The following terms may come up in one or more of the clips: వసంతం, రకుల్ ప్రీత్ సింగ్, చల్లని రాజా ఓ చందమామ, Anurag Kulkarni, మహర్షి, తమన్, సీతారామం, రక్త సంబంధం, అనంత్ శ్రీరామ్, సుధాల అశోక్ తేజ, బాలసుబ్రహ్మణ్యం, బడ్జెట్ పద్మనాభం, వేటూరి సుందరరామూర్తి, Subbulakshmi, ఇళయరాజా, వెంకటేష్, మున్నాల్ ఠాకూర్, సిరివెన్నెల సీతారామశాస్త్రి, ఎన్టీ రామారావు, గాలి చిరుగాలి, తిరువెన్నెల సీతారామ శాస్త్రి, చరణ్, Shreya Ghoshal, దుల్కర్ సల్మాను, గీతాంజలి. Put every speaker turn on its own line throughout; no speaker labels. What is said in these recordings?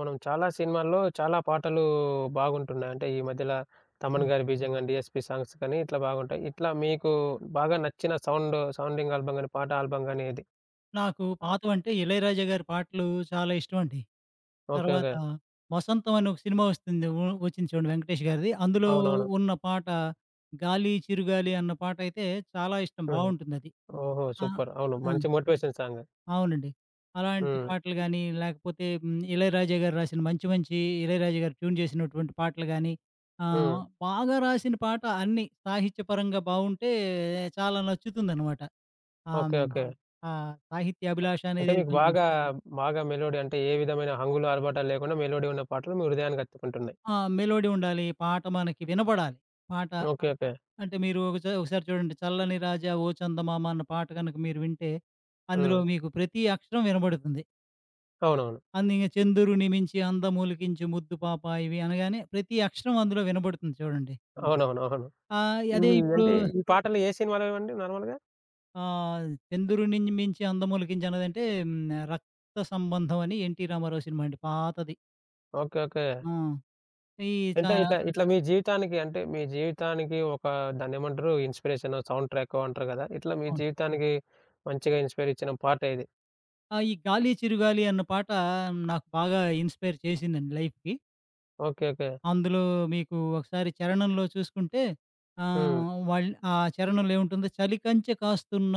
మనం చాలా సినిమాల్లో చాలా పాటలు బాగుంటున్నాయి. అంటే ఈ మధ్యల 'తమన్'
హ్మ్.
గారి బీజం గాని, 'డీఎస్‌పీ' సాంగ్స్ కానీ ఇట్లా బాగుంటాయి. ఇట్లా మీకు బాగా నచ్చిన సౌండింగ్ ఆల్బమ్ గాని, పాట ఆల్బమ్ గాని ఏది?
నాకు
అవును.
పాతవంటే 'ఇళయరాజా' గారి పాటలు చాలా ఇష్టమండి.
ఓకే.
తర్వాత
ఓకే.
'వసంతం' అని ఒక సినిమా వస్తుంది వు వచ్చింది చూడండి వెంకటేష్ గారిది. అందులో
అవునవును.
ఉన్న పాట 'గాలి చిరుగాలి' అన్న పాటయితే చాలా ఇష్టం
హ్మ్.
బావుంటుందది.
ఓహో!
ఆ!
సూపర్. అవును.
ఆ!
మంచి మోటివేషన్ సాంగ్. హ్మ్.
అవునండి. అలాంటి
అవును.
పాటలు గానీ, లేకపోతే 'ఇళయరాజా' గారు రాసిన మంచి మంచి 'ఇళయరాజా' గారు ట్యూన్ చేసినటువంటి పాటలు గానీ, ఆహ్,
హ్మ్.
బాగా రాసిన పాట అన్నీ సాహిత్యపరంగా బావుంటే చాలా నచ్చుతుందనమాట. ఆ!
ఓకే.
హ్మ్.
ఓకే. అవును.
ఆ సాహిత్యాభిలాష
అంటే
అనేది
మీకు
కొంచెం.
బాగా, బాగా మెలోడీ అంటే ఏ విధమైన హంగులు, ఆర్భాటాలు లేకుండా మెలోడీ ఉన్న పాటలు మీ హృదయానికి హత్తుకుంటున్నాయి.
ఆ! మెలోడీ ఉండాలి. పాట మనకి వినబడాలి.
ఓకే.
పాట.
అవును. ఓకే.
అంటే మీరు ఒకసారి చూడండి 'చల్లని రాజా ఓ చందమామ' అన్న పాట గనుక మీరు వింటే, అందులో
హ్మ్.
మీకు ప్రతి అక్షరం వినబడుతుంది.
అవునవును.
అందింగ 'చందురుని మించి అందమొలికించు ముద్దు పాప' ఇవి అనగానే ప్రతి అక్షరం అందులో వినబడుతుంది చూడండి.
అవునవును. అవును. ఈ
అదే ఇప్పుడు.
అంటే ఈ పాటలు ఏ సినిమాలోవండి నార్మల్‌గా?
ఆహ్, 'చంద్రుడిని మించి అందమొలికించు' అన్నదంటే 'రక్త సంబంధం' అని 'ఎన్టీ రామారావు' సినిమా అండి పాతది.
ఓకే. ఓకే.
ఆ! ఈ చా
అంటే ఇట్లా ఇట్లా మీ జీవితానికి అంటే మీ జీవితానికి ఒక దాన్నేమంటారు ఇన్‌స్పిరేషను, సౌండ్ ట్రాకో అంటారు గదా! ఇట్లా మీ
అవును.
జీవితానికి మంచిగా ఇన్‌స్పైర్ ఇచ్చిన పాట ఇది.
ఆ! ఈ 'గాలి చిరుగాలి' అన్న పాట నాకు బాగా ఇన్‌స్పైర్ చేసిందండి లైఫ్‌కి.
ఓకే. ఓకే.
అందులో మీకు ఒకసారి చరణంలో చూసుకుంటే
హ్మ్.
ఆహ్, వాళ్ ఆ చరణంలో ఏముంటుందో చలికంచె కాస్తున్న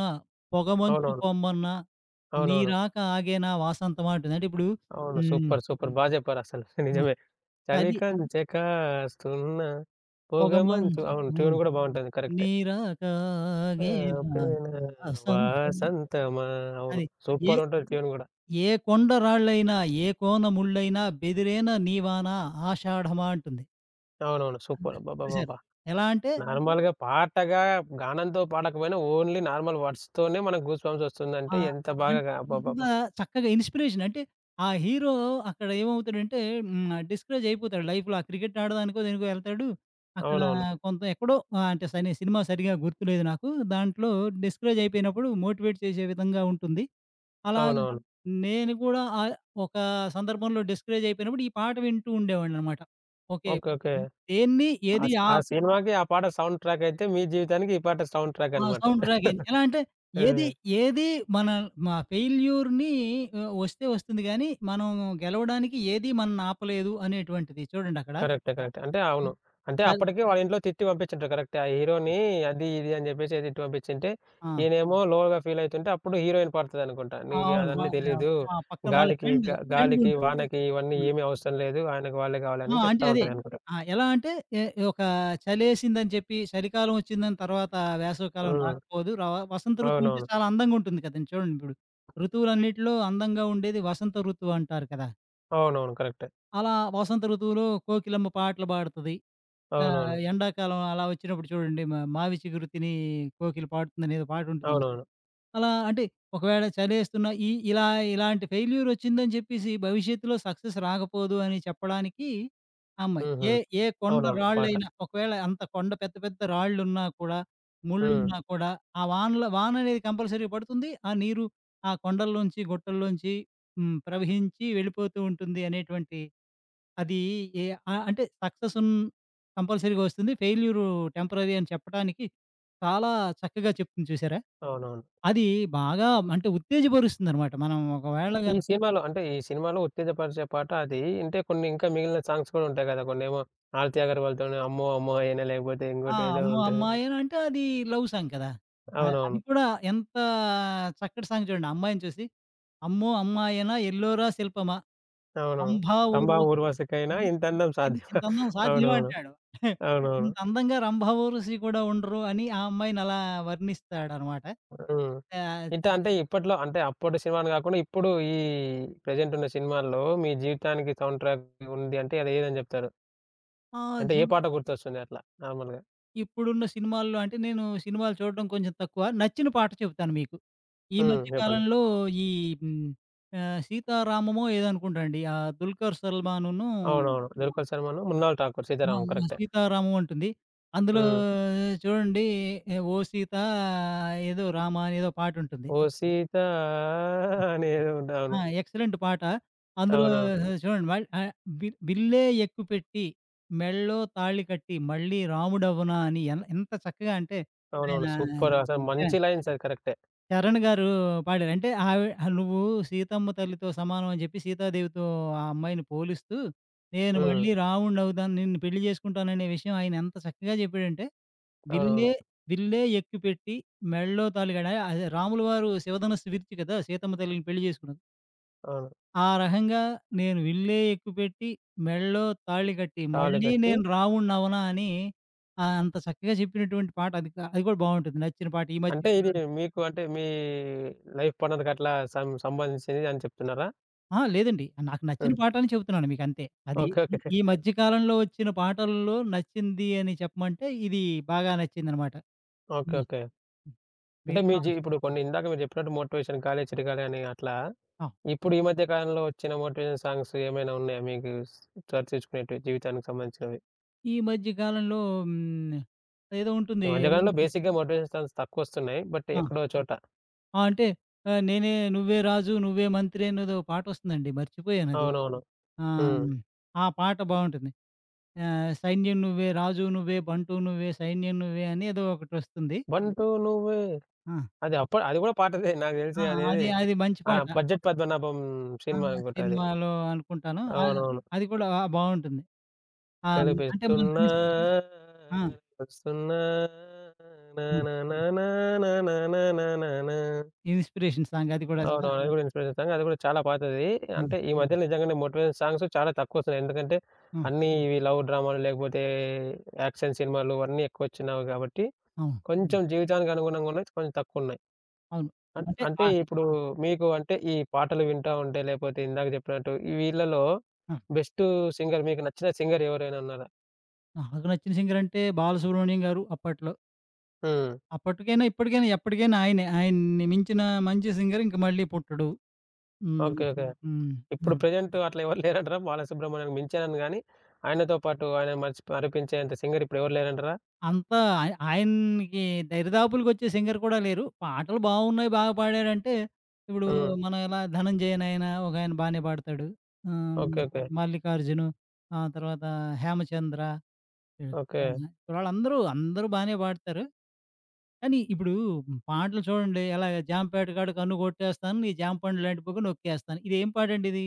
పొగమంచు
అవునవును.
పొమ్మన్న
అవునవును.
నీరాక ఆగేనా వాసంతమా అంటుంది. అంటే ఇప్పుడు.
అవును.
హ్మ్.
సూపర్. సూపర్. బా జెప్పారసలు.
ఆ!
నిజమే. చలి
చలి
కంచె కాస్తున్న పొగమంచు
పొగమంచు.
అవును. ట్యూన్ గూడా బావుంటది. కరెక్టే.
నీరాక ఆగేనా
ఆపేన
వాసంతమా
వాసంతమా అవును.
అది. ఏ
సూపరుంటది ట్యూన్ గూడా.
ఏ కొండ రాళ్ళైనా, ఏ కోన ముళ్ళైనా బెదిరేనా నీ వాన ఆషాఢమా అంటుంది.
అవునవును.
హ్మ్.
సూపర్.
చూసారు.
అబ్బబ్బబ్బబ్బా!
ఎలా అంటే
హ్మ్. నార్మల్‌గా పాటగా గానంతో పాడకపోయినా ఓన్లీ నార్మల్ వర్డ్స్‌తోనే మనకు గూస్ బంప్స్ వస్తుందంటే
ఆహ్,
ఎంత
అన్
బాగా
అంత
అబ్బబ్బబ్బా!
చక్కగా ఇన్‌స్పిరేషన్ అంటే ఆ హీరో అక్కడ ఏమవుతాడంటే డిస్కరేజ్ అయిపోతాడు లైఫ్‌లో. ఆ క్రికెట్ ఆడడానికో దేనికో ఎళ్తాడు. అక్కడ
అవునవును.
కొంత ఎక్కడో అంటే సినిమా సరిగ్గా గుర్తులేదు నాకు. దాంట్లో డిస్కరేజ్ అయిపోయినప్పుడు మోటివేట్ చేసే విధంగా ఉంటుంది. అలా
అవునవును.
నేను కూడా ఒక సందర్భంలో డిస్కరేజ్ అయిపోయినప్పుడు ఈ పాట వింటూ ఉండేవాడిననమాట. ఓకే.
ఓకే. ఓకే.
దేన్ని
ఆ
ఏది
సి
ఆ
ఆ సినిమాకి ఆ పాట సౌండ్ ట్రాక్ అయితే మీ జీవితానికి ఈ పాట సౌండ్ ట్రాక్
ఆ!
అన్నమాట.
సౌండ్ ట్రాక్ అయింది. ఎలా అంటే ఏది,
ఆ!
ఏది మన మా ఫెయిల్యూర్‌ని వస్తే వస్తుంది గానీ, మనం గెలవడానికి ఏది మనల్ని ఆపలేదు అనేటువంటిది చూడండక్కడ.
కరెక్టే. కరెక్టే. అంటే అవును. అంటే
చల్
అప్పటికే వాళ్ళ ఇంట్లో తిట్టి పంపించుంటారు కరెక్టే. ఆ హీరోని అది ఇది అని చెప్పేసి తిట్టి పంపించింటే,
ఆ!
ఈయనేమో లోగా ఫీల్ అయితుంటే అప్పుడు హీరోయిన్ పాడుతదనుకుంటా. నీకు
అవును. వ
అదన్నీ
ఆహ్,
తెలీదు.
ఆ! పక్కన వాళ్ళ
గాలికి
ఫ్రెండ్,
గ
ఫ్రెండ్
గాలికి,
ఉంటది.
వానకి ఇవన్నీ
హ్మ్.
ఏమి అవసరం లేదు. ఆయనకి వాళ్ళే
ఆ!
కావాలని
అంటే
చెప్తా
అదే.
ఉంటదనుకుంటా.
ఎలా అంటే ఎ ఒక చలేసిందని చెప్పి చలికాలం వచ్చిందని తర్వాత వేసవికాలం
హ్మ్. హ్మ్.
రాకపోదు. వసంత ఋతువు అంటే
అవునవును.
చాలా అందంగుంటుంది కదండీ! చూడండి ఇప్పుడు. ఋతువులన్నిటిలో అందంగా ఉండేది వసంత ఋతువు అంటారు కదా!
అవునవును. కరెక్టే.
అలా వసంత ఋతువులో కోకిలమ్మ పాటలు పాడుతది.
అవునవును.
ఎండాకాలం అలా వచ్చినప్పుడు చూడండి 'మావి చిగురు తిని కోకిల పాడుతుందనేదో' పాటుంటుంది చూసారా?
అవునవును.
అలా అంటే ఒకవేళ చలేస్తున్నా ఇలా ఇలాంటి ఫెయిల్యూర్ వచ్చిందని చెప్పేసి భవిష్యత్తులో సక్సెస్ రాకపోదు అని చెప్పడానికి ఆ అమ్మాయి.
హుహు.
ఏ ఏ కొండ
అవునవును. పాట.
రాళ్ళైనా ఒకవేళ అంత కొండ పెద్ద పెద్ద రాళ్ళున్నా కూడా,
హ్మ్.
ముళ్ళున్నా కూడా ఆ వానలో వాన అనేది కంపల్సరీ పడుతుంది. ఆ నీరు ఆ కొండల్లోంచి, గుట్టల్లోంచి ప్రవహించి వెళ్ళిపోతూ ఉంటుంది అనేటువంటి అది. ఏ అంటే సక్సెస్ ఉన్ కంపల్సరీగా వస్తుంది. ఫెయిల్యూర్ టెంపరరీ అని చెప్పడానికి చాలా చక్కగా చెప్తుంది చూసారా?
అవునవును.
అది బాగా అంటే ఉత్తేజపరుస్తుందనమాట. మనం ఒకవేళ
ఈ
గనక.
సినిమాలో అంటే ఈ సినిమాలో ఉత్తేజపరిచే పాట అది. అంటే కొన్ని ఇంకా మిగిలిన సాంగ్స్ కూడా ఉంటాయి కదా! కొన్నేమో 'ఆరతి అగర్వాల్‌తోని' 'అమ్మో అమ్మో అయినా' లేకపోతే
ఆ!
ఇంకోటి ఏదో అవును.
అమ్మో!
ఉంటాయి.
అమ్మాయేనా అంటే అది లవ్ సాంగ్ కదా! అది
అవునవును.
కూడా ఎంత చక్కటి సాంగ్ చూడండి. ఆ అమ్మాయిని చూసి, అమ్మో! అమ్మాయేనా ఎల్లోరా శిల్పమా
అవునవును.
అంబా
'కంబా
ఊర్వశి
ఊర్వశికైనా ఇంతందం సాధ్యమా'
ఇంతందం
అవునా?
సాధ్యమా
అవునవును.
అంటాడు.
అవునవును.
ఇంత అందంగా రంభావూరుషి కూడా ఉండరు అని ఆ అమ్మాయినలా వర్ణిస్తాడనమాట.
హ్మ్.
ఆహ్,
ఇట్టా అంటే ఇప్పట్లో అంటే అప్పటి సినిమాని కాకుండా ఇప్పుడు ఈ ప్రెజెంట్ ఉన్న సినిమాల్లో మీ జీవితానికి సౌండ్ ట్రాక్ ఉంది అంటే అది ఏదని చెప్తారు?
ఆ
అంటే
జీ
ఏ పాట గుర్తొస్తుంది అట్లా నార్మల్‌గా?
ఇప్పుడున్న సినిమాల్లో అంటే నేను సినిమాలు చూడడం కొంచెం తక్కువ. నచ్చిన పాట చెప్తాను మీకు. ఈ
హ్మ్.
మధ్య
చెప్పండి.
కాలంలో. ఈ హ్మ్, 'సీతారామమో' ఏదో అనుకుంటా అండి. ఆ 'దుల్కర్ సల్మాన్‌ను'.
అవునవును. 'దుల్కర్ సల్మాను' 'మున్నాల్ ఠాకూర్'
ఆ!
'సీతారామం'
ఆ!
కరెక్టే.
'సీతారామం' ఉంటుంది. అందులో
హ్మ్.
చూడండి 'ఓ సీత ఏదో రామ' అని ఏదో పాటుంటుంది.
ఓ సీత అనేదో ఉంటది.
ఆ!
అవును.
ఎక్సలెంట్ పాట. అందులో
అవునవును.
చూడండి మళ్ ఆహ్, బి బిల్లే ఎక్కుపెట్టి, మెడలో తాళి కట్టి, మళ్ళీ రాముడవునా అని ఎంత చక్కగా అంటే ఆయన
అవునవును. సూపర్ అసలు
చ
మంచి లైన్స్ అది కరెక్టే.
చరణ్ గారు పాడారు. అంటే ఆవి "నువ్వు సీతమ్మ తల్లితో సమానం" అని చెప్పి సీతాదేవితో ఆ అమ్మాయిని పోలుస్తూ, "నేను
హ్మ్.
మళ్ళీ రాముడినవుతాను, నిన్ను పెళ్లి చేసుకుంటాననే" విషయం ఆయన ఎంత చక్కగా చెప్పాడంటే,
అవునవును.
"విల్లే విల్లే ఎక్కుపెట్టి, మెడలో తాళి". అదే రాముల వారు శివధనుస్సు విరిచి కదా! సీతమ్మ తల్లిని పెళ్లి చేసుకున్నారు.
అవును.
ఆ రకంగా నేను విల్లే ఎక్కుపెట్టి, మెడలో తాళి కట్టి,
తాళి
మళ్ళీ
కట్టి
నేను రావణ్ణవనా అని అంత చక్కగా చెప్పినటువంటి పాట అది కూడా బావుంటుంది. నచ్చిన పాట. ఈ మధ్య
అంటే ఇది
కాలం.
మీకు అంటే మీ లైఫ్ పార్ట్‌నర్‌కి అట్లా సం సంబంధించింది అని చెప్తున్నారా?
అహా! లేదండి. నాకు నచ్చిన
హ్మ్.
పాట అని చెప్తున్నాను మీకంతే. అది.
ఓకే. ఓకే.
ఈ మధ్య కాలంలో వచ్చిన పాటల్లో నచ్చింది అని చెప్పమంటే, ఇది బాగా నచ్చిందనమాట.
ఓకే.
హ్మ్.
ఓకే.
హ్మ్.
అంటే మీ
మిగతా.
జీ ఇప్పుడు కొన్ని ఇందాక మీరు చెప్పినట్టు మోటివేషన్ 'గాలే చిరగాలే' అని అట్లా
ఆ!
ఇప్పుడు ఈ మధ్య కాలంలో వచ్చిన మోటివేషన్ సాంగ్స్ ఏమైనా ఉన్నాయా మీకు స్ చర్చించుకునేటివి జీవితానికి సంబంధించినవి?
ఈ మధ్య కాలంలో హ్మ్. ఏదో
ఈ
ఉంటుంది.
మధ్య కాలంలో బేసిక్‌గా మోటివేషన్ సాంగ్స్ తక్కువొస్తున్నాయి. బట్
ఆ!
ఎక్కడో చోట
ఆ! అంటే నేనే నువ్వే రాజు నువ్వే మంత్రి అనేదో పాటొస్తుందండి. మర్చిపోయానది.
అవునవును.
ఆ!
హ్మ్.
ఆ పాట బావుంటుంది. 'సైన్యం నువ్వే రాజు నువ్వే బంటు నువ్వే సైన్యం నువ్వే' అని ఏదో ఒకటొస్తుంది.
'బంటు నువ్వే'
ఆ!
అది అప్పుడు అది గూడా పాతదే నాకు
ఆ!
తెలిసి అదేది
అది అది మంచి
ఆ!
పాట.
'బడ్జెట్ పద్మనాభం'
ఆ!
సినిమా అనుకుంటా అది.
సినిమాలో అనుకుంటాను.
అవునవును.
అది కూడా బావుంటుంది. అంటే మనకి
కనిపిస్తున్నా
ఇన్స్‌పి ఆ!
వస్తున్నా నా
హ్మ్.
నా నా నా నా నా నా నా నా నా.
ఇన్‌స్పిరేషన్ సాంగ్ అది కూడా. చ
అవునవును. అది గూడా ఇన్‌స్పిరేషన్ సాంగ్. అది గూడా చాలా పాతది.
ఆ!
అంటే ఈ హ్మ్. మధ్యలో నిజంగానే మోటివేషన్ సాంగ్స్ చాలా తక్కువొస్తున్నాయి. ఎందుకంటే
ఆ!
అన్నీ ఇవి లవ్ డ్రామాలు లేకపోతే యాక్షన్ సినిమాలు అన్నీ ఎక్కువొచ్చినవి గాబట్టి, హ్మ్.
అవును.
కొంచెం జీవితానికి అనుగుణంగా ఉన్నయి కొంచెం తక్కువున్నాయి.
అవును.
అన్
అంటే
అంటే
ఆహ్,
ఇప్పుడు మీకు అంటే ఈ పాటలు వింటా ఉంటే లేపోతే ఇందాక జెప్పినట్టు ఈ వీళ్ళలో
ఆ!
బెస్ట్ సింగర్ మీకు నచ్చిన సింగర్ ఎవరైనా ఉన్నారా?
నాకు నచ్చిన సింగర్ అంటే 'బాలసుబ్రహ్మణ్యం' గారు అప్పట్లో.
హ్మ్.
అప్పటికైనా, ఇప్పటికైనా, ఎప్పటికైనా ఆయనే. ఆయన్ని మించిన మంచి సింగర్ ఇంక మళ్ళీ పుట్టడు. హ్మ్.
ఓకే. ఓకే. హ్మ్.
హ్మ్.
ఇప్పుడు హ్మ్. ప్రెజెంట్ అట్లా ఎవరు లేరంటారా? బాలసుబ్రహ్మణ్యానికి మించానని గానీ, ఆయనతో పాటు ఆయన మరిచి మరిపించేంత సింగర్ ఇప్పుడెవరు లేరంటారా?
అంతా ఆయ ఆయనకి దరిదాపులకొచ్చే సింగర్ కూడా లేరు. పాటలు బాగున్నాయి, బాగా పాడారంటే, ఇప్పుడు.
హ్మ్.
మనం ఎలా 'ధనంజయ'నైన ఒకాయన బానే పాడతాడు. ఆహ్, హ్మ్.
ఓకే. ఓకే.
'మల్లికార్జును'. ఆ తర్వాత 'హేమచంద్ర'. హ్మ్.
ఓకే.
ఆహా! వాళ్ళందరూ, అందరూ బానే పాడతారు. కానీ ఇప్పుడు పాటలు చూడండి ఎలాగ 'జాంపేట కాడ కన్ను కొట్టేస్తాను నీ జాంపండు లాంటి బుగ్గ నొక్కేస్తాను.' ఇదేం పాటండిది?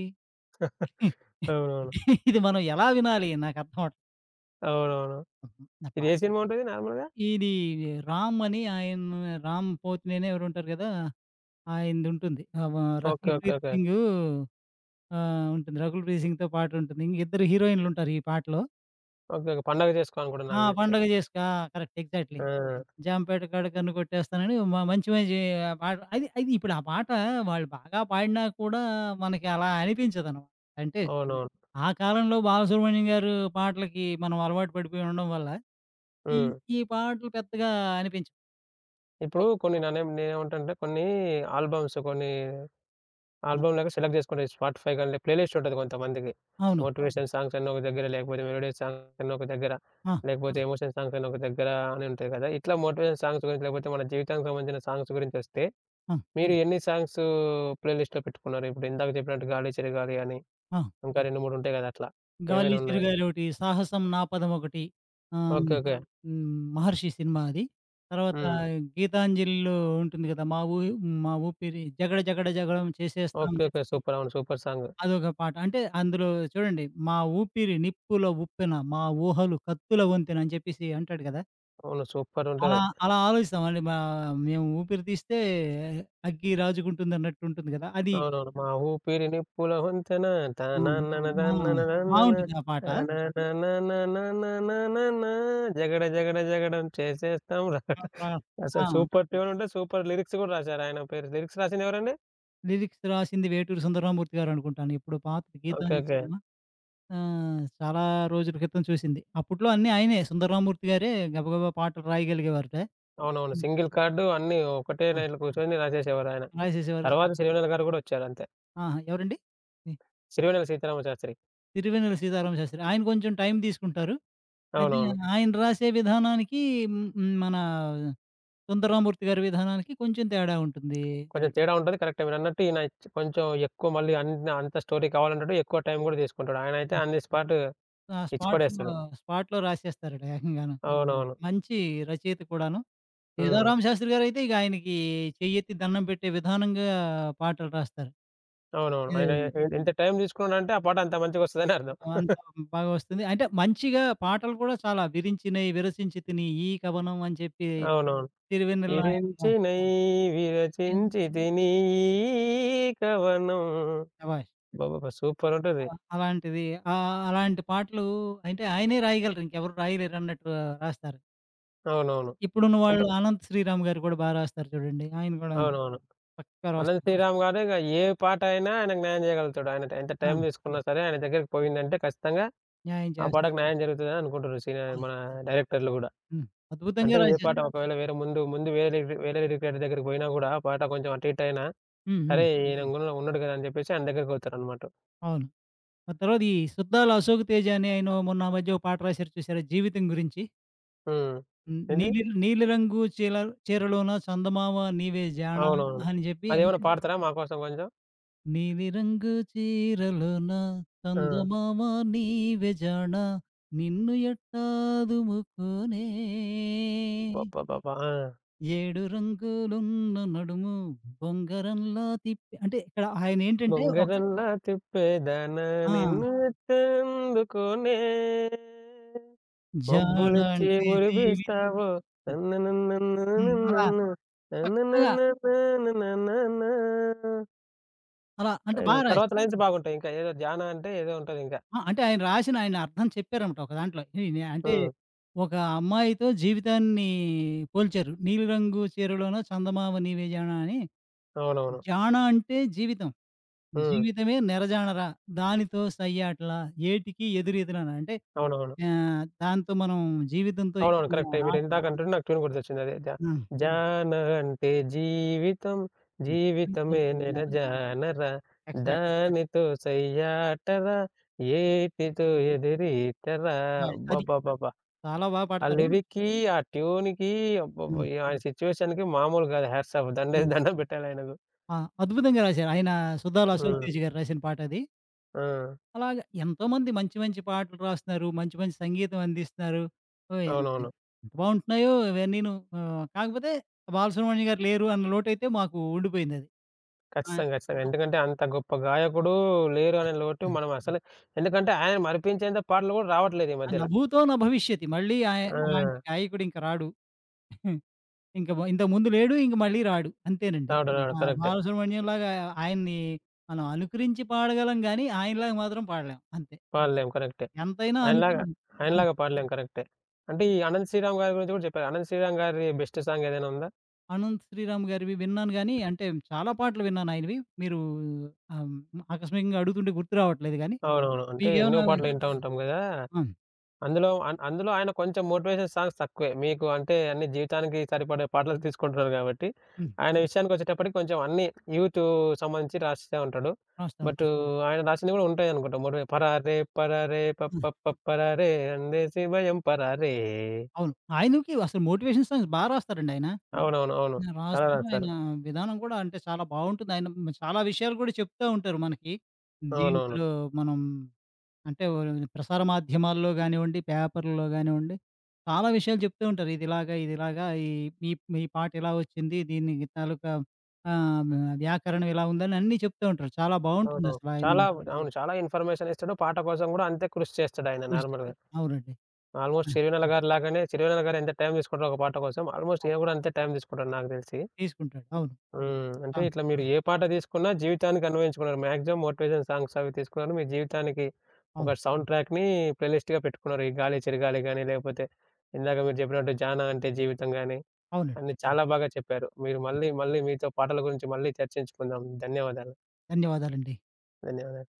ఇది
అవునవును.
ఇది మనం ఎలా వినాలి? నాకర్థం
అవునవును. ఇది ఏ
అవ్వట్లేదు.
సినిమా ఉంటది నార్మల్‌గా?
ఇది రామ్ అని ఆయన రామ్ పోతినేని ఎవరో ఉంటారు కదా! ఆయనదుంటుంది.
Okay.
'Rakul
okay.
Preet
okay.
Singh'. ఉంటుంది. 'రకుల్ ప్రీత్ సింగ్‌తో' పాటుంటుంది. ఇంక ఇద్దరు హీరోయిన్‌లుంటారు ఈ పాటలో.
ఓకే. ఓకే. పండగ చేసుకోవని కూడా
ఆ!
నాకు తెలిసి.
పండగ చేసుకొ ఆ! Correct exactly.
ఆ!
'జాంపేట కాడ కన్ను కొట్టేస్తానని' మ మంచి మంచి పాట అది అది ఇప్పుడు ఆ పాట వాళ్ళు బాగా పాడినా కూడా మనకి అలా అనిపించదనమాట. అంటే
అవునవును.
ఆ కాలంలో బాలసుబ్రహ్మణ్యం గారు పాటలకి మనం అలవాటు పడిపోయి ఉండడం వల్ల ఈ
హ్మ్.
ఈ పాటలు పెద్దగా అనిపించవు.
ఇప్పుడు
ఓహ్!
కొన్ని ననేం నేనేమంటానంటే కొన్ని ఆల్బమ్స్ కొన్ని ఆల్బమ్ లాగా సెలెక్ట్ చేసుకుంటారు. స్పాటిఫై గాని ప్లే లిస్ట్ ఉంటది కొంతమందికి.
అవును.
మోటివేషన్ సాంగ్స్ అని ఒక దగ్గర, లేకపోతే మెలోడీ సాంగ్స్ అని ఒక దగ్గర,
ఆ!
లేకపోతే ఎమోషనల్ సాంగ్స్ అని ఒక దగ్గర అని ఉంటాయి కదా! ఇట్లా మోటివేషన్ సాంగ్స్ గురించి లేకపోతే మన జీవితానికి సంబంధించిన సాంగ్స్ గురించొస్తే
ఆ!
మీరు ఎన్ని సాంగ్స్ ప్లే లిస్ట్‌లో పెట్టుకున్నారు? ఇప్పుడు ఇందాక చెప్పినట్టు 'గాలి చెరగాలి' అని
ఆ!
ఇంకా 2, 3 ఉంటాయి గదా! అట్లా.
'గాలి
ఏవైనా ఉన్నాయి. అవును.
చిరుగాలొకటి', 'సాహసం నా పదమొకటి'. ఆహ్,
ఓకే.
హ్మ్.
ఓకే. అవును.
హ్మ్. 'మహర్షి' సినిమా అది. తర్వాత
హ్మ్.
'గీతాంజలి'లో ఉంటుంది కదా! మా ఊపిరి జగడ జగడ జగడం
అవును.
చేసేస్తాం.
ఓకే. ఓకే. సూపర్. అవును. Super song.
అదొక పాట. అంటే అందులో చూడండి 'మా ఊపిరి నిప్పుల ఉప్పెన మా ఊహలు కత్తుల వంతెన' అని చెప్పేసి అంటాడు కదా!
అవును. సూపరుంటది.
అలా అలా ఆలోచిస్తామండి. మేము ఊపిరి తీస్తే అగ్గి రాజుకుంటుందన్నట్టు ఉంటుంది కదా! అది.
హ్మ్. అవునవును. మా ఊపిరి నిప్పుల వంతెన
హ్మ్.
తననన అవును.
ఆ!
దననననన
బావుంటుంది ఆ పాట.
తనననననననన జగడ జగడ జగడం చేసేస్తాం ర
ఆ! ఆ! ఆ!
అసలు సూపర్ ట్యూన్ ఉంటే సూపర్ లిరిక్స్ గూడా రాశారు. ఆయన పేరు లిరిక్స్ రాసింది ఎవరండి?
లిరిక్స్ రాసింది 'వేటూరి సుందరరామూర్తి' గారనుకుంటాను. ఎప్పుడో పాతది
ఓకే.
'గీతాంజలి'
ఓకే.
సినిమా. చాలా రోజుల క్రితం చూసింది. అప్పట్లో అన్నీ ఆయనే 'సుందరరామూర్తి' గారే గబగబా పాటలు రాయగలిగేవారట.
అవునవును. సింగిల్ కార్డ్ అన్నీ ఒకటే
ఆ!
లైన్‌లో కూర్చొని రాసేసేవారాయన.
రాసేసేవారు.
తర్వాత
చాలా.
సిరివెన్నెల గారు గూడా వచ్చారు అంతే.
ఆహా! ఎవరండి? తి
సిరివెన్నెల సీతారామశాస్త్రి.
'తిరువెన్నెల సీతారామ శాస్త్రి' ఆయన కొంచెం టైం తీసుకుంటారు. అయితే
అవునవును.
ఆయన రాసే విధానానికి హ్మ్, హ్మ్, మన 'సుందరరామూర్తి' గారి విధానానికి కొంచెం తేడా ఉంటుంది.
కొంచెం తేడా ఉంటది. కరెక్టే మీరన్నట్టు ఈయన కొంచెం ఎక్కువ మళ్ళీ అన్ని అంత స్టోరీ కావాలంటాడు. ఎక్కువ టైం గూడా తీసుకుంటాడు. ఆయనైతే ఆన్ ది స్పాట్
ఆ
ఇచ్చి
స్పాట్‌లో,
పడేస్తాడు.
స్పాట్‌లో రాసేస్తారట ఏకంగాను.
అవును. అవునవును.
మంచి రచయిత కూడాను.
హ్మ్.
'సీతారామ శాస్త్రి' గారైతే ఇక ఆయనకి చెయ్యెత్తి దండం పెట్టే విధానంగా పాటలు రాస్తారు.
అవునవును. ఆయన
హ్మ్.
ఇంత టైం తీసుకున్నాడంటే ఆ పాట అంత మంచిగొస్తదని అర్థం.
అంత బాగా వస్తుంది. అంటే మంచిగా పాటలు కూడా చాలా విరించినయి విరసించి తిని ఈ కవనం అని చెప్పి
అవునవును.
తిరువెన్నెల నాయనమ్మ.
విరించినై విరచించితి నీ ఈ కవనం
శభాష్!
అబ్బబ్బబ్బా! సూపరుంటది.
అలాంటిది అలాంటి పాటలు అంటే ఆయనే రాయగలరు. ఇంకెవరు రాయలేరు అన్నట్టు రాస్తారు.
అవునవును.
ఇప్పుడున్న
అంటే
వాళ్ళు అనంత్ శ్రీరామ్ గారు కూడా బా రాస్తారు చూడండి. ఆయన కూడా
అవునవును.
పక్కా
అనంత్
రాస్తారు.
శ్రీరామ్ గారు ఇగ ఏ పాటైనా ఆయనకు న్యాయం జేయగలుగుతాడు. ఆయన ఎంత
ఆ!
టైం తీసుకున్నా సరే ఆయన దగ్గరికి పోయిందంటే ఖచ్చితంగా
న్యాయం
ఆ
చేస్తారు.
పాటకు న్యాయం జరుగుతదని అనుకుంటున్నారు సినీ
అవును.
మన డైరెక్టర్లు గూడా.
హ్మ్. అద్భుతంగా
అంటే ఏ పాట
రాసేస్తారు.
హ్మ్. ఒకవేళ వేరే ముందు వేరే వేరే లిరిక్ దగ్గరికి పోయినా గూడా ఆ పాట కొంచెం అటు ఇటు అయినా,
హ్మ్. హ్మ్.
సరే ఈయన హ్మ్. కూడా ఉన్నాడు గదా! అని చెప్పేసి ఆయన దగ్గరికి పోతారనమాట.
అవును. ఆ తర్వాత ఈ సుద్దాల అశోక్ తేజ అనే ఆయన మొన్న ఆ మధ్య ఒక పాట రాశారు చూసారా? జీవితం గురించి.
హ్మ్. ఏంది?
నీలి నీలి రంగు చీరలోన చందమామ నీవే జాణ
అవునా? అవునవును.
అని జెప్పి
అదేమన్నా
అంటే
హ్మ్. పాడతారా మా కోసం కొంచెం?
నీలి రంగు చీరలోన
ఆ!
చందమామ నీవే జాణ నిన్ను ఎట్టాదుముకోనే
అబ్బబ్బబ్బా! ఆ!
ఏడు రంగులున్న నడుము బొంగరంలా తిప్పి అంటే ఇక్కడ ఆయనేంటంటే ఒక.
బొంగరంలా తిప్పేదానా
ఆ!
నిన్ను ఎట్టేందుకునే
జాణ
మబ్బులొచ్చి
అంటే జీవితం.
మురిపిస్తావో
జ హ్మ్. అలా
నన్ననన్నన్ననన్నన్న
చక్కగా
నన్ననన్ననన్ననన్న
అలా అంటే
అయి
బా రాశా.
తర్వాత లైన్స్ బాగుంటాయి. ఇంకా ఏదో 'జానా' అంటే ఏదో ఉంటదింకా.
ఆ! అంటే ఆయన రాసిన ఆయన అర్థం చెప్పారన్నమాట ఒక దాంట్లో. ఈయన అంటే
హ్మ్.
ఒక అమ్మాయితో జీవితాన్ని పోల్చారు. "నీలిరంగు చీరలోన చందమామ నీవే జాణ" అని.
అవునవును.
జాణ అంటే జీవితం.
హ్మ్.
జీవితమే నెరజాణరా దానితో సయ్యాటలా ఏటికి ఎదురీదులనా అంటే
అవునవును.
దాంతో మనం జీవితంతో
అవునవును.
ఎక్కువగా
కరెక్టే. మీరిందాక
ఆటలాడి.
అంటుంటే నాకు ట్యూన్ గుర్తొచ్చింది. అదే జా
ఆ!
'జాన' అంటే జీవితం,
జీవితమే
జీవితమే నెడ
నెరజాణరా
జానరా
ఎక్సలెంట్.
దానితో సయ్యాటరా ఏటితో ఎదిరీతరా
అది
అబ్బబ్బబ్బబ్బ!
చాలా బా
ఆ
పాడతారు.
లిరిక్‌కి, ఆ ట్యూన్‌కి అబ్బబ్బా!
హ్మ్.
ఆయన సిట్యుయేషన్‌కి మామూలు కాదు హ్యాట్స్ ఆఫ్. దండేసి
హ్మ్.
దండం పెట్టాలి ఆయనకు.
ఆ! అద్భుతంగా రాశారు. ఆయన 'సుధాల అశోక్ తేజ'
హ్మ్.
గారు రాసిన పాటది.
ఆ!
అలాగ ఎంతోమంది మంచి మంచి పాటలు రాస్తున్నారు. మంచి మంచి సంగీతం అందిస్తున్నారు. ఓహ్! ఎంత
అవునవును.
ఎంత బావుంటున్నాయో ఇవన్నీను. కాకపోతే బాలసుబ్రహ్మణ్యం గారు లేరు అన్న లోటైతే మాకు ఉండిపోయిందది. ఆ!
ఖచ్చితంగా. ఖచ్చితంగా.
ఆ!
ఎందుకంటే అంత గొప్ప గాయకుడు లేరు అనే లోటు మనం అసలు ఎందుకంటే ఆయన మరిపించేంత పాటలు కూడా రావట్లేదు ఈ
ఆ
మధ్యల.
'నభూతో న భవిష్యతి' మళ్ళీ అలాంటి
ఆ!
గాయకుడు ఇంక రాడు. ఇంక మ ఇంతకు ముందు లేడు, ఇంక మళ్ళీ రాడు. అంతేనండి.
రావడం హ్మ్.
ఆ!
రావడం కరెక్టే.
బాలసుబ్రహ్మణ్యం లాగా ఆయన్ని మనం అనుకరించి పాడగలం గానీ, ఆయనలాగా మాత్రం పాడలేం. అంతే.
పాడలేం కరెక్టే.
ఎంతైనా
ఆయనలాగా
అనుకరిం అం
ఆయనలాగా పాడలేం కరెక్టే. అంటే ఈ అనంత్ శ్రీరామ్ గారి గురించి కూడా చెప్పారు. అనంత్ శ్రీరామ్ గారి బెస్ట్ సాంగ్ ఏదైనా ఉందా?
అనంత్ శ్రీరామ్ గారివి విన్నాను గానీ, అంటే చాలా పాటలు విన్నాను ఆయనవి. మీరు ఆహ్, ఆకస్మికంగా అడుగుతుంటే గుర్తు రావట్లేదు గానీ,
అవునవును. అంటే ఎన్నో
మీకేమన్నా.
పాటలు వింటా ఉంటాం కదా!
ఆ!
అందులో అందులో ఆయన కొంచెం మోటివేషన్ సాంగ్స్ తక్కువే. మీకు అంటే అన్ని జీవితానికి సరిపడే పాటలు తీసుకుంటున్నారు గాబట్టి,
హ్మ్.
ఆయన విషయానికొచ్చేటప్పటికి కొంచెం అన్నీ యూతు సంబంధించి రాస్తా ఉంటాడు.
రాస్తా ఉంటా.
బట్ ఆయన రాసినవి గూడా ఉంటాయనుకుంటా. మోటివే పరారే పరారే
ఆ!
పప్పప్ప పరారే అందేసి భయం పరారే.
అవును. ఆయనకి అసలు మోటివేషన్ సాంగ్స్ బా రాస్తారండి ఆయన.
హ్మ్. అవునవును. అవును.
ఆ!
చాలా
రాస్తారు. ఆయన
రాస్తారు.
విధానం కూడా అంటే చాలా బావుంటుంది. ఆయన మ- చాలా విషయాలు కూడా చెప్తా ఉంటారు మనకి.
అవునవును.
దీంట్లో మనం అంటే ప్రసార మాధ్యమాల్లో గానివ్వండి, పేపర్‌లో గానివ్వండి, చాలా విషయాలు చెప్తూ ఉంటారు. ఇదిలాగా, ఇదిలాగా ఈ ఈ ఈ పాట ఇలా వచ్చింది. దీని తాలూకా ఆహ్, వ్యాకరణం ఇలా ఉందని అన్నీ చెప్తూ ఉంటారు. చాలా
అవునవును.
బావుంటుందసల ఆయన
చాలా అవును. చాలా ఇన్ఫర్మేషన్ ఇస్తాడు. పాట కోసం గూడా అంతే కృషి చేస్తాడాయన
కృషి.
నార్మల్‌గా.
అవునండి. ఆ!
ఆల్మోస్ట్ సిరివెన్నెల గారిలాగానే సిరివెన్నెల గారు ఎంత టైం తీసుకుంటారో ఒక పాట కోసం, ఆల్మోస్ట్
ఆ!
ఈయన గూడా అంతే టైం తీసుకుంటాడు నాకు దెలిసి.
తీసుకుంటాడు. అవును.
హ్మ్. అంటే
ఆ!
ఇట్లా మీరు ఏ పాట తీసుకున్నా జీవితానికి అన్వయించుకున్నారు. మాక్సిమం మోటివేషన్ సాంగ్స్ అవి తీసుకున్నారు. మీ జీవితానికి
అవును.
ఒక సౌండ్ ట్రాక్‌ని ప్లేలిస్ట్‌గా పెట్టుకున్నారు. ఈ 'గాలే చిరగాలే' గాని, లేకపోతే ఇందాక మీరు చెప్పినట్టు 'జానా అంటే జీవితం' గాని,
అవునండి.
అన్నీ చాలా బాగా చెప్పారు. మీరు మళ్ళీ మీతో పాటల గురించి మళ్ళీ చర్చించుకుందాం. ధన్యవాదాలు.
ధన్యవాదాలండి.
ధన్యవాదాలు.